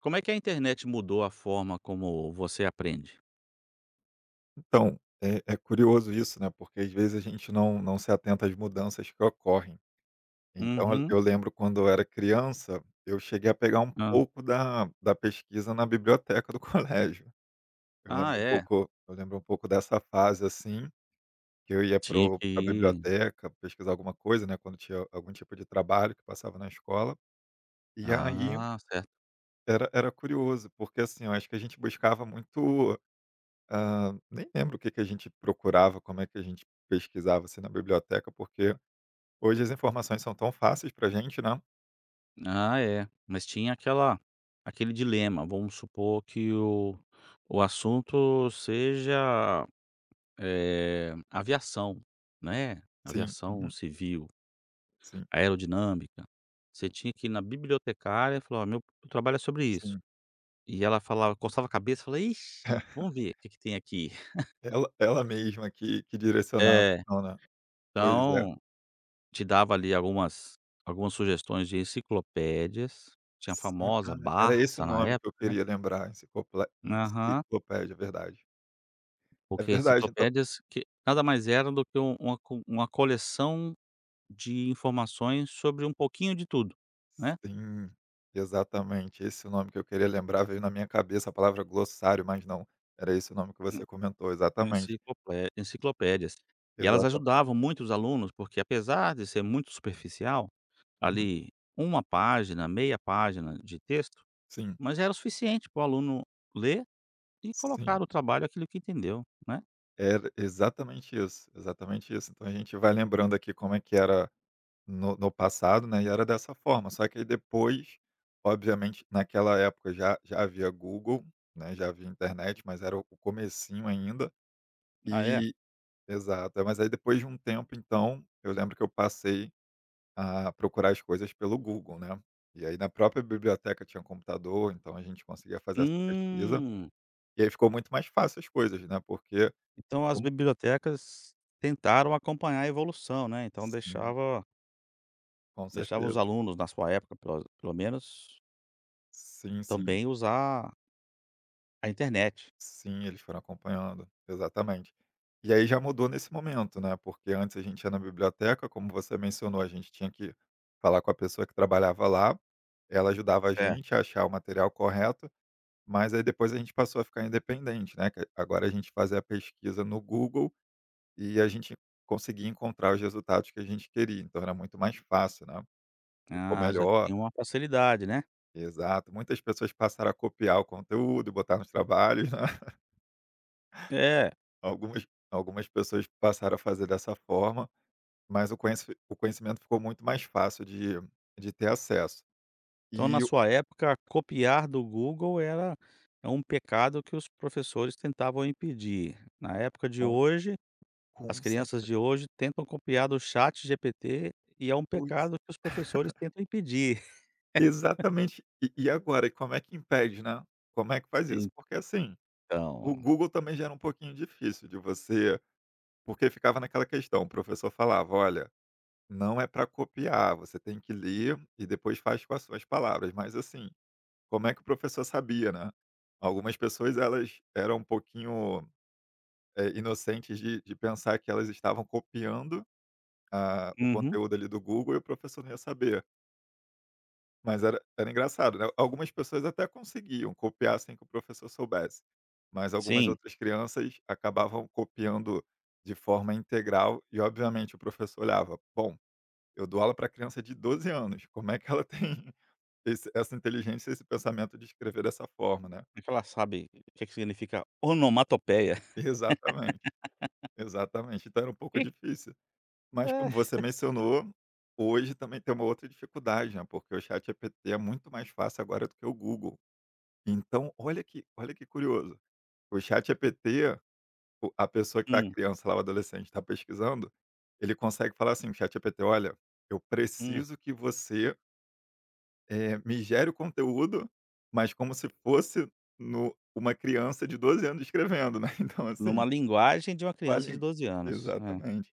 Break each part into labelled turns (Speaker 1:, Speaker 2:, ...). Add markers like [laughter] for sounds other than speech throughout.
Speaker 1: Como é que a internet mudou a forma como você aprende?
Speaker 2: Então, é curioso isso, né, porque às vezes a gente não se atenta às mudanças que ocorrem. Então eu
Speaker 1: Uhum.
Speaker 2: eu lembro quando eu era criança, eu cheguei a pegar um
Speaker 1: Hã.
Speaker 2: pouco da pesquisa na biblioteca do [laughs] colégio. Eu
Speaker 1: Ah,
Speaker 2: lembro um
Speaker 1: é?
Speaker 2: pouco eu lembro um pouco dessa fase, assim, que eu ia para
Speaker 1: Tinha
Speaker 2: o
Speaker 1: que ir,
Speaker 2: biblioteca pesquisar alguma coisa, né, quando tinha algum tipo de trabalho que passava na escola. E aí
Speaker 1: ah, certo.
Speaker 2: era curioso, porque, assim, eu acho que a gente buscava muito. Ah, nem lembro o que que a gente procurava, como é que a gente pesquisava, assim, na biblioteca, porque hoje as informações são tão fáceis pra gente, né.
Speaker 1: Ah, é. Mas tinha aquela, aquele dilema. Vamos supor que o assunto seja, aviação, né,
Speaker 2: Sim,
Speaker 1: aviação
Speaker 2: uhum,
Speaker 1: civil,
Speaker 2: sim,
Speaker 1: aerodinâmica. Você tinha que ir na bibliotecária e falar: "Ó, meu trabalho é sobre isso".
Speaker 2: sim.
Speaker 1: E ela falava, coçava a cabeça e falava: "Ixi,
Speaker 2: [laughs]
Speaker 1: vamos ver o que que tem aqui". [laughs]
Speaker 2: Ela mesma que direcionava,
Speaker 1: É,
Speaker 2: então, né. Pois é.
Speaker 1: então... Te dava ali algumas sugestões de enciclopédias. Tinha a
Speaker 2: Sim,
Speaker 1: famosa
Speaker 2: ah, era esse o
Speaker 1: Barça na
Speaker 2: nome que eu
Speaker 1: época, né.
Speaker 2: queria lembrar, enciclople
Speaker 1: Aham.
Speaker 2: enciclopédia, verdade. É
Speaker 1: Porque
Speaker 2: verdade, então.
Speaker 1: enciclopédias que nada mais eram do que uma coleção de informações sobre um pouquinho de tudo, né.
Speaker 2: Sim, exatamente, esse é o nome que eu queria lembrar, veio na minha cabeça a palavra glossário, mas não, era esse o nome que você comentou,
Speaker 1: En
Speaker 2: exatamente,
Speaker 1: enciclopé Enciclopédias. E elas
Speaker 2: exata
Speaker 1: ajudavam muito os alunos, porque apesar de ser muito superficial,
Speaker 2: uhum,
Speaker 1: ali uma página, meia página de texto,
Speaker 2: sim.
Speaker 1: mas era o suficiente para o aluno ler e
Speaker 2: Sim,
Speaker 1: colocar o trabalho aquilo que entendeu, né.
Speaker 2: era exatamente isso, exatamente isso. Então a gente vai lembrando aqui como é que era no passado, né? E era dessa forma. Só que aí depois, obviamente, naquela época já havia Google, né? Já havia internet, mas era o comecinho ainda.
Speaker 1: Ah, é?
Speaker 2: E Exato. É, mas aí depois de um tempo, então, eu lembro que eu passei a procurar as coisas pelo Google, né? E aí na própria biblioteca tinha um computador, então a gente conseguia fazer essa pesquisa.
Speaker 1: Hum.
Speaker 2: E aí ficou muito mais fácil as coisas, né? Porque
Speaker 1: Então as
Speaker 2: como-
Speaker 1: bibliotecas tentaram acompanhar a evolução, né, então
Speaker 2: Sim,
Speaker 1: deixava
Speaker 2: com
Speaker 1: deixava os
Speaker 2: certeza.
Speaker 1: alunos, na sua época, pelo menos,
Speaker 2: Sim, sim.
Speaker 1: também usar a internet.
Speaker 2: Sim, eles foram acompanhando, exatamente. E aí já mudou nesse momento, né, porque antes a gente ia na biblioteca, como você mencionou, a gente tinha que falar com a pessoa que trabalhava lá, ela ajudava a
Speaker 1: É.
Speaker 2: gente a achar o material correto, mas aí depois a gente passou a ficar independente, né, que agora a gente fazia a pesquisa no Google e a gente conseguia encontrar os resultados que a gente queria, então era muito mais fácil, né, ficou
Speaker 1: Ah, já
Speaker 2: melhor.
Speaker 1: tem uma facilidade, né.
Speaker 2: Exato, muitas pessoas passaram a copiar o conteúdo e botar nos trabalhos, né.
Speaker 1: É,
Speaker 2: Algumas pessoas passaram a fazer dessa forma, mas o conhecimento ficou muito mais fácil de ter acesso.
Speaker 1: então na
Speaker 2: E o
Speaker 1: sua época copiar do Google era, é um pecado que os professores tentavam impedir. Na época de
Speaker 2: com
Speaker 1: hoje, as
Speaker 2: com cer
Speaker 1: crianças de hoje tentam copiar do ChatGPT e é um pecado que os professores tentam impedir.
Speaker 2: Exatamente. E agora, e como é que impede, né? Como é que faz isso?
Speaker 1: [laughs]
Speaker 2: Porque, assim, o
Speaker 1: Então
Speaker 2: Google também já era um pouquinho difícil de você, porque ficava naquela questão, o professor falava: "Olha, não é para copiar, você tem que ler e depois faz com as suas palavras", mas, assim, como é que o professor sabia, né? Algumas pessoas elas eram um pouquinho, inocentes de pensar que elas estavam copiando a o
Speaker 1: uhum,
Speaker 2: conteúdo ali do Google e o professor não ia saber. Mas era engraçado, né, algumas pessoas até conseguiam copiar sem que o professor soubesse, mas algumas
Speaker 1: sim,
Speaker 2: outras crianças acabavam copiando de forma integral e obviamente o professor olhava: "Bom, eu dou aula para criança de 12 anos, como é que ela [laughs] tem esse essa inteligência, esse pensamento de escrever dessa forma, né?"
Speaker 1: porque ela sabe o que é que significa onomatopeia.
Speaker 2: Exatamente, exatamente. Então era um pouco
Speaker 1: [laughs]
Speaker 2: difícil. Mas como
Speaker 1: É.
Speaker 2: você mencionou, hoje também tem uma outra dificuldade, né, porque o ChatGPT é muito mais fácil agora do que o Google. Então, olha que curioso, o ChatGPT, o a pessoa que está
Speaker 1: Hum,
Speaker 2: criança lá, o adolescente, está pesquisando, ele consegue falar assim: "ChatGPT, olha, eu
Speaker 1: hum,
Speaker 2: preciso que você, me gere o conteúdo, mas como se fosse no uma criança de 12 anos escrevendo", né, [laughs] então assim,
Speaker 1: numa linguagem de uma criança de
Speaker 2: olha.
Speaker 1: 12 anos.
Speaker 2: Exatamente.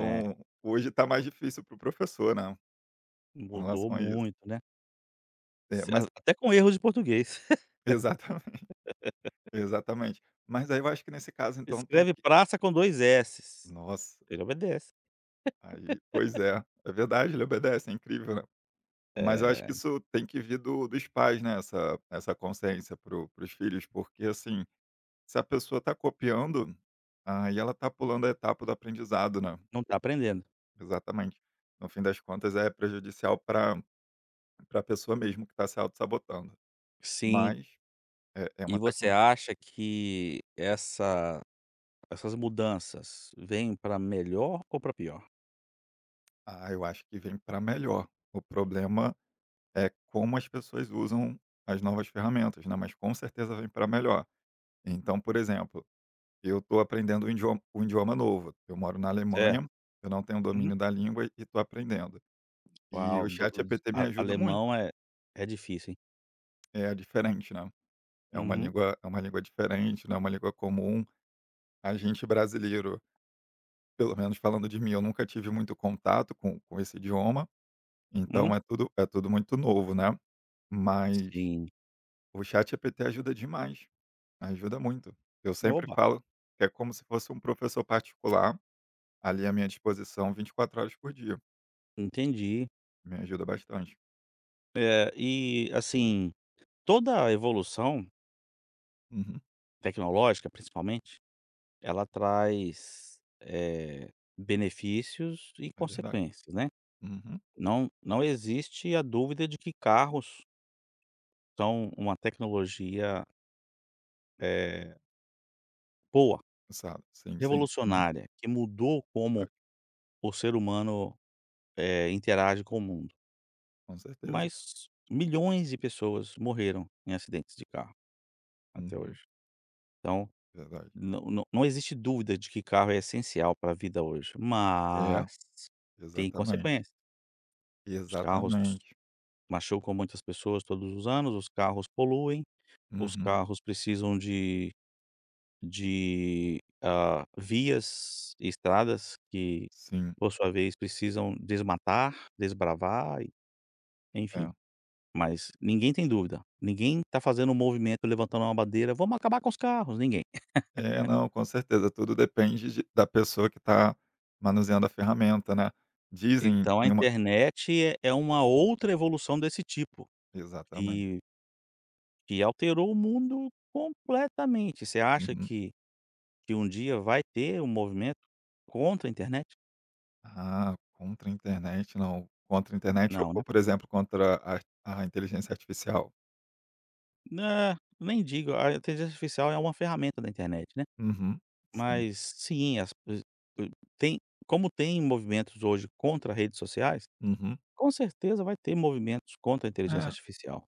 Speaker 1: É, é,
Speaker 2: hoje está mais difícil para o professor, né. Com
Speaker 1: mudou
Speaker 2: relação a isso.
Speaker 1: muito, né.
Speaker 2: É,
Speaker 1: Se
Speaker 2: mas
Speaker 1: a, até com erros de português. [laughs]
Speaker 2: exatamente, [laughs] exatamente. Mas aí eu acho que nesse caso então tem
Speaker 1: Escreve
Speaker 2: que,
Speaker 1: praça com 2 s's,
Speaker 2: nossa,
Speaker 1: ele obedece.
Speaker 2: aí pois é, é verdade, ele obedece, é incrível, né. Mas eu acho
Speaker 1: Eh,
Speaker 2: que isso tem que vir do dos pais, né, essa consciência para o os filhos, porque assim, se a pessoa tá copiando, aí ela tá pulando a etapa do aprendizado, né.
Speaker 1: não tá aprendendo.
Speaker 2: Exatamente. No fim das contas é prejudicial para a pessoa mesmo que está se auto sabotando.
Speaker 1: Sim,
Speaker 2: Mas é uma
Speaker 1: e você
Speaker 2: tecnologia.
Speaker 1: acha que essa, essas mudanças vêm para melhor ou para pior?
Speaker 2: Ah, eu acho que vem para melhor. O problema é como as pessoas usam as novas ferramentas, né? Mas com certeza vem para melhor. Então, por exemplo, eu estou aprendendo um idioma novo. Eu moro na
Speaker 1: É.
Speaker 2: Alemanha, eu não tenho domínio da língua e estou aprendendo. E
Speaker 1: Uau,
Speaker 2: o
Speaker 1: do
Speaker 2: chat
Speaker 1: os
Speaker 2: GPT me
Speaker 1: a
Speaker 2: ajuda muito.
Speaker 1: alemão é é difícil, hein.
Speaker 2: É diferente, né?
Speaker 1: Uhum,
Speaker 2: É uma língua diferente, não é uma língua comum. A gente brasileiro, pelo menos falando de mim, eu nunca tive muito contato com esse idioma.
Speaker 1: uhum.
Speaker 2: Então é tudo muito novo, né? Mas
Speaker 1: Sim.
Speaker 2: o chat GPT ajuda demais. Ajuda muito. Eu sempre
Speaker 1: Oba,
Speaker 2: falo que é como se fosse um professor particular ali à minha disposição 24 horas por dia.
Speaker 1: entendi.
Speaker 2: Me ajuda bastante.
Speaker 1: E, assim, toda a evolução
Speaker 2: Uhum,
Speaker 1: tecnológica, principalmente, ela traz, benefícios e
Speaker 2: é verdade.
Speaker 1: consequências, né.
Speaker 2: Uhum,
Speaker 1: Não existe a dúvida de que carros são uma tecnologia, eh, boa,
Speaker 2: sabe? Sim, sim. Uhum,
Speaker 1: revolucionária, que mudou como
Speaker 2: verdade.
Speaker 1: o ser humano, interage com o mundo.
Speaker 2: Com certeza.
Speaker 1: Mas milhões de pessoas morreram em acidentes de carro até
Speaker 2: Uhum,
Speaker 1: hoje. Então,
Speaker 2: verdade.
Speaker 1: não existe dúvida de que carro é essencial para a vida hoje,
Speaker 2: É,
Speaker 1: mas tem
Speaker 2: exatamente.
Speaker 1: consequências. Os carros
Speaker 2: Exatamente.
Speaker 1: machucam muitas pessoas todos os anos, os carros poluem, os
Speaker 2: Uhum,
Speaker 1: carros precisam de vias e estradas que,
Speaker 2: sim.
Speaker 1: por sua vez, precisam desmatar, desbravar e enfim.
Speaker 2: É.
Speaker 1: Mas ninguém tem dúvida, ninguém tá fazendo um movimento, levantando uma bandeira: "Vamos acabar com os carros", ninguém.
Speaker 2: É, não, com certeza. Tudo depende da pessoa que está manuseando a ferramenta, né? Dizem,
Speaker 1: Então a
Speaker 2: tem uma.
Speaker 1: internet é, é uma outra evolução desse tipo,
Speaker 2: Exatamente.
Speaker 1: que que alterou o mundo completamente. Você acha
Speaker 2: Uhum.
Speaker 1: que um dia vai ter um movimento contra a internet?
Speaker 2: Ah, contra a internet não. Contra a internet ou
Speaker 1: Não,
Speaker 2: ou,
Speaker 1: né.
Speaker 2: por exemplo, contra a inteligência artificial?
Speaker 1: Né, nem digo, a inteligência artificial é uma ferramenta da internet, né.
Speaker 2: Uhum, sim.
Speaker 1: Mas sim, as eh, tem como tem movimentos hoje contra redes sociais.
Speaker 2: Uhum.
Speaker 1: Com certeza vai ter movimentos contra a inteligência
Speaker 2: É,
Speaker 1: artificial,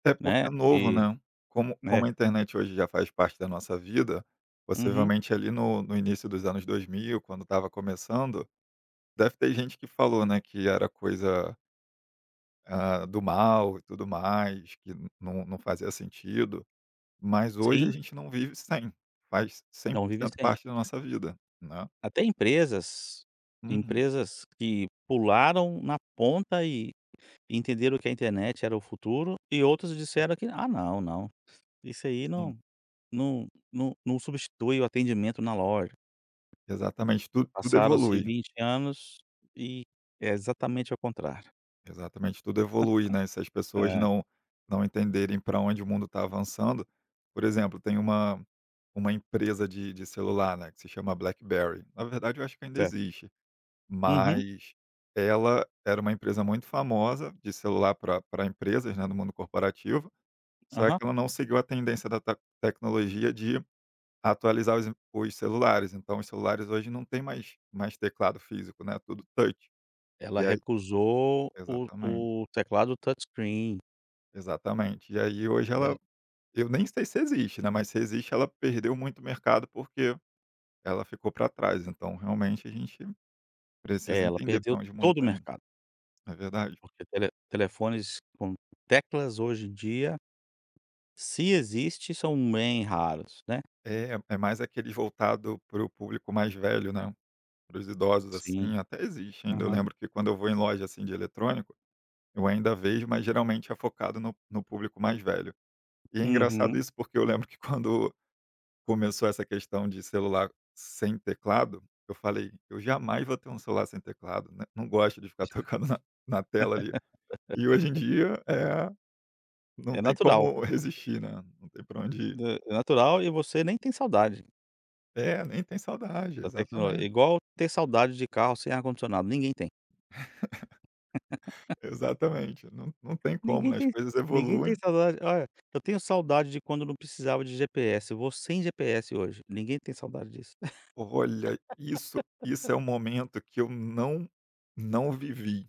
Speaker 2: até porque
Speaker 1: né,
Speaker 2: é novo,
Speaker 1: e
Speaker 2: né. Como
Speaker 1: né?
Speaker 2: como a internet hoje já faz parte da nossa vida,
Speaker 1: Uhum,
Speaker 2: possivelmente ali no início dos anos 2000 quando estava começando, deve ter gente que falou, né, que era coisa, ah, do mal e tudo mais, que não fazia sentido, mas hoje a
Speaker 1: sim,
Speaker 2: gente não vive sem. Faz cem
Speaker 1: não
Speaker 2: por
Speaker 1: vive
Speaker 2: cento
Speaker 1: sem.
Speaker 2: parte da nossa vida, né.
Speaker 1: Até empresas,
Speaker 2: Uhum.
Speaker 1: empresas que pularam na ponta e entenderam que a internet era o futuro e outras disseram que: "Ah, não, não, isso aí
Speaker 2: Sim,
Speaker 1: não não substitui o atendimento na loja".
Speaker 2: exatamente, tudo
Speaker 1: Passaram-se
Speaker 2: evolui.
Speaker 1: 20 anos e é exatamente ao contrário.
Speaker 2: Exatamente, tudo evolui, né, se as pessoas
Speaker 1: É,
Speaker 2: não entenderem para onde o mundo está avançando. Por exemplo, tem uma empresa de celular, né, que se chama BlackBerry, na verdade eu acho que ainda
Speaker 1: certo.
Speaker 2: existe,
Speaker 1: Uhum,
Speaker 2: mas ela era uma empresa muito famosa de celular para pra empresas, né, no mundo corporativo, só que
Speaker 1: aham.
Speaker 2: ela não seguiu a tendência da ta tecnologia de atualizar os celulares, então os celulares hoje não tem mais teclado físico, né, tudo touch. E
Speaker 1: Ela
Speaker 2: aí
Speaker 1: recusou o
Speaker 2: exatamente,
Speaker 1: o teclado touchscreen.
Speaker 2: exatamente. E aí hoje
Speaker 1: Eh,
Speaker 2: ela eu nem sei se existe, né, mas se existe ela perdeu muito mercado, porque ela ficou para trás, então realmente a gente precisa
Speaker 1: Ela
Speaker 2: entender
Speaker 1: perdeu
Speaker 2: para onde o mundo
Speaker 1: todo o
Speaker 2: está indo.
Speaker 1: mercado,
Speaker 2: É verdade.
Speaker 1: porque telefones com teclas hoje em dia, se existe, são bem raros, né.
Speaker 2: É mais aquele voltado para o público mais velho, né, para os idosos,
Speaker 1: Sim.
Speaker 2: assim, até existe ainda, eu
Speaker 1: Aham.
Speaker 2: lembro que quando eu vou em loja, assim, de eletrônico, eu ainda vejo, mas geralmente é focado no público mais velho. E é engraçado
Speaker 1: Uhum.
Speaker 2: isso, porque eu lembro que quando começou essa questão de celular sem teclado, eu falei: "Eu jamais vou ter um celular sem teclado, né, não gosto de ficar [laughs] tocando na tela ali". E hoje em dia, não
Speaker 1: É
Speaker 2: tem
Speaker 1: natural.
Speaker 2: como resistir, né, não tem pra onde ir.
Speaker 1: Hã, é natural e você nem tem saudade
Speaker 2: É, nem tem saudade,
Speaker 1: da tecnologia,
Speaker 2: exatamente,
Speaker 1: igual ter saudade de carro sem ar-condicionado, ninguém tem.
Speaker 2: exatamente, não tem como,
Speaker 1: Ninguém
Speaker 2: né, as
Speaker 1: tem,
Speaker 2: coisas
Speaker 1: ninguém tem
Speaker 2: evoluem.
Speaker 1: saudade olha, eu tenho saudade de quando não precisava de GPS, vou sem GPS hoje, ninguém tem saudade disso. [laughs]
Speaker 2: Olha, isso é um momento que eu não vivi,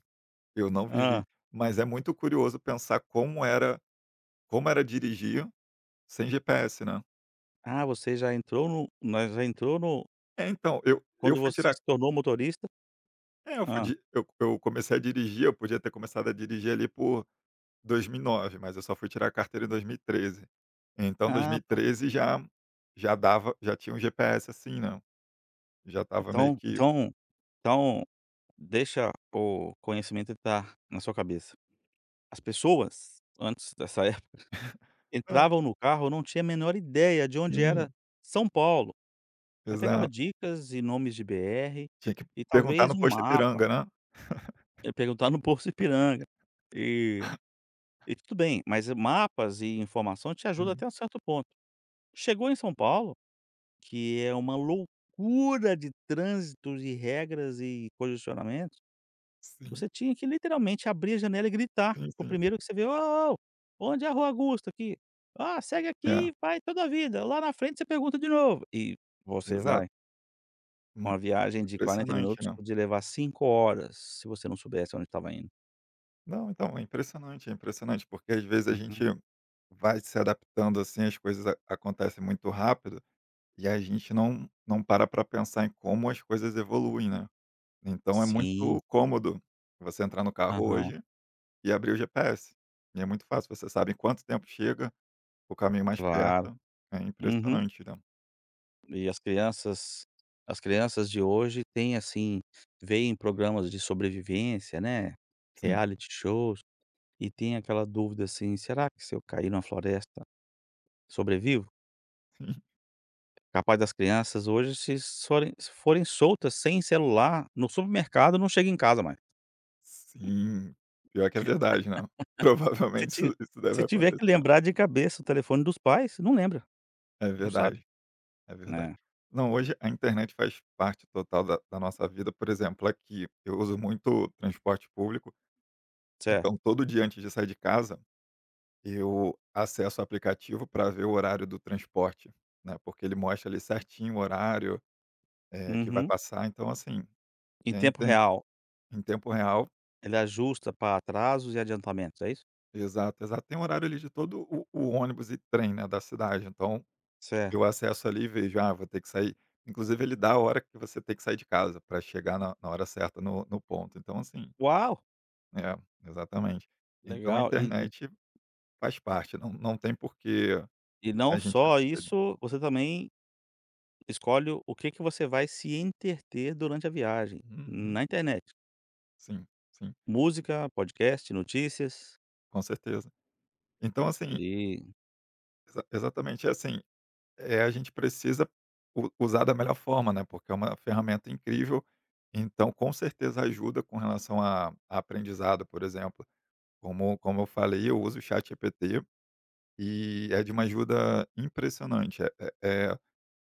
Speaker 2: não vivi,
Speaker 1: Hã.
Speaker 2: mas é muito curioso pensar como era dirigir sem GPS, né?
Speaker 1: Ah, você já entrou no,
Speaker 2: É, então, eu
Speaker 1: quando
Speaker 2: fui
Speaker 1: você
Speaker 2: tirar
Speaker 1: se tornou motorista?
Speaker 2: eu fui
Speaker 1: Hã.
Speaker 2: di eu comecei a dirigir, eu podia ter começado a dirigir ali por 2009, mas eu só fui tirar a carteira em 2013. Então
Speaker 1: Ah, tá.
Speaker 2: 2013 já dava, já tinha um GPS, assim, né, já tava meio
Speaker 1: Então
Speaker 2: que.
Speaker 1: então então deixa o conhecimento entrar na sua cabeça. As pessoas, antes dessa [laughs] época,
Speaker 2: Ah,
Speaker 1: entravam no carro, não tinha a menor ideia de onde era
Speaker 2: sim,
Speaker 1: São Paulo. Aí pegava
Speaker 2: exato.
Speaker 1: dicas e nomes de BR
Speaker 2: Tinha que
Speaker 1: e
Speaker 2: perguntar
Speaker 1: talvez
Speaker 2: no
Speaker 1: um
Speaker 2: posto
Speaker 1: mapa,
Speaker 2: Ipiranga, né.
Speaker 1: ia perguntar no [laughs] posto Ipiranga. E e tudo bem, mas mapas e informação te ajuda
Speaker 2: Sim,
Speaker 1: até um certo ponto. Chegou em São Paulo, que é uma loucura de trânsitos e regras e congestionamentos,
Speaker 2: sim,
Speaker 1: você tinha que literalmente abrir a janela e gritar
Speaker 2: sim,
Speaker 1: para o
Speaker 2: sim.
Speaker 1: primeiro que você vê: "Ô, ô, ô, onde é a Rua Augusta aqui? Ah, segue
Speaker 2: É,
Speaker 1: aqui, vai toda a vida, lá na frente você pergunta de novo", e você
Speaker 2: exato.
Speaker 1: vai.
Speaker 2: Hum,
Speaker 1: Uma viagem de 40
Speaker 2: impressionante,
Speaker 1: minutos
Speaker 2: né.
Speaker 1: podia levar 5 horas, se você não soubesse onde estava indo.
Speaker 2: Não, então, é impressionante, porque às vezes a gente
Speaker 1: Uhum.
Speaker 2: vai se adaptando, assim, as coisas a acontecem muito rápido. E a gente não para para pensar em como as coisas evoluem, né. Então é
Speaker 1: Sim.
Speaker 2: muito cômodo você entrar no carro
Speaker 1: Aham.
Speaker 2: hoje e abrir o GPS. E é muito fácil, você sabe em quanto tempo chega, o caminho mais
Speaker 1: Claro.
Speaker 2: perto. É
Speaker 1: Uhum.
Speaker 2: impressionante, né.
Speaker 1: E as crianças, as crianças de hoje têm, assim, veem programas de sobrevivência, né,
Speaker 2: Sim,
Speaker 1: reality shows, e tem aquela dúvida, assim: "Será que se eu cair numa floresta, sobrevivo?".
Speaker 2: [laughs] sim,
Speaker 1: Capaz das crianças hoje, se forem soltas sem celular no supermercado, não chega em casa mais.
Speaker 2: sim. Pior que é verdade, né. [laughs]
Speaker 1: Se
Speaker 2: Provavelmente
Speaker 1: ti
Speaker 2: isso deve
Speaker 1: Se tiver que
Speaker 2: acontecer.
Speaker 1: lembrar de cabeça o telefone dos pais, não lembra,
Speaker 2: É
Speaker 1: não sabe,
Speaker 2: verdade, é verdade.
Speaker 1: né.
Speaker 2: Não, hoje a internet faz parte total da nossa vida. Por exemplo, aqui eu uso muito transporte público,
Speaker 1: Certo.
Speaker 2: então todo dia antes de sair de casa eu acesso o aplicativo para ver o horário do transporte, né, porque ele mostra ali certinho o horário, que vai
Speaker 1: Uhum.
Speaker 2: passar, então assim,
Speaker 1: Em
Speaker 2: é em
Speaker 1: tempo
Speaker 2: tem
Speaker 1: real,
Speaker 2: em tempo real,
Speaker 1: ele ajusta para atrasos e adiantamentos, é isso?
Speaker 2: exato, exato. Tem horário ali de todo o ônibus e trem, né, da cidade, então
Speaker 1: Certo.
Speaker 2: eu acesso ali e vejo: "Ah, vou ter que sair". Inclusive ele dá a hora que você tem que sair de casa para chegar na hora certa no ponto, então assim,
Speaker 1: Uau!
Speaker 2: é, exatamente. Então a
Speaker 1: Legal. E e
Speaker 2: internet faz parte, não tem por que
Speaker 1: e não
Speaker 2: a gente
Speaker 1: só
Speaker 2: retroceder.
Speaker 1: isso, você também escolhe o que que você vai se entreter durante a viagem,
Speaker 2: Uhum,
Speaker 1: na internet.
Speaker 2: sim, sim.
Speaker 1: Música, podcast, notícias,
Speaker 2: Com certeza. Então, assim,
Speaker 1: e
Speaker 2: exatamente é assim, é, a gente precisa u usar da melhor forma, né, porque é uma ferramenta incrível, então com certeza ajuda com relação a aprendizado, por exemplo. Como eu falei, eu uso o ChatGPT e é de uma ajuda impressionante. É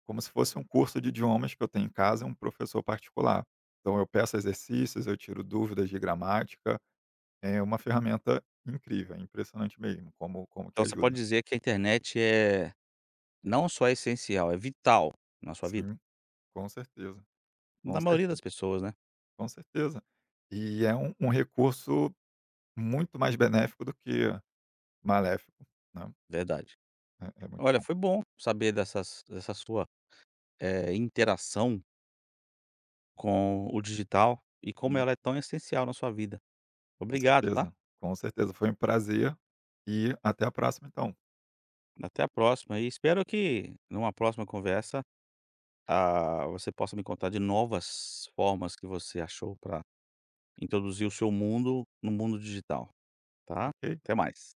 Speaker 2: como se fosse um curso de idiomas que eu tenho em casa, um professor particular. Então eu peço exercícios, eu tiro dúvidas de gramática, é uma ferramenta incrível, é impressionante mesmo como que
Speaker 1: então você pode
Speaker 2: ajuda.
Speaker 1: dizer que a internet é, não só é essencial, é vital na sua vida.
Speaker 2: Sim. Com certeza, com
Speaker 1: Na maioria
Speaker 2: certeza,
Speaker 1: das pessoas, né,
Speaker 2: com certeza. E é um recurso muito mais benéfico do que maléfico, né.
Speaker 1: verdade.
Speaker 2: É muito
Speaker 1: Olha,
Speaker 2: bom.
Speaker 1: foi bom saber dessa sua, interação com o digital e como
Speaker 2: Sim,
Speaker 1: ela é tão essencial na sua vida.
Speaker 2: com
Speaker 1: Obrigado, tá.
Speaker 2: certeza, com certeza. Foi um prazer e até a próxima então,
Speaker 1: Até a próxima e espero que numa próxima conversa, ah, você possa me contar de novas formas que você achou para introduzir o seu mundo no mundo digital, tá?
Speaker 2: ok?
Speaker 1: Até mais.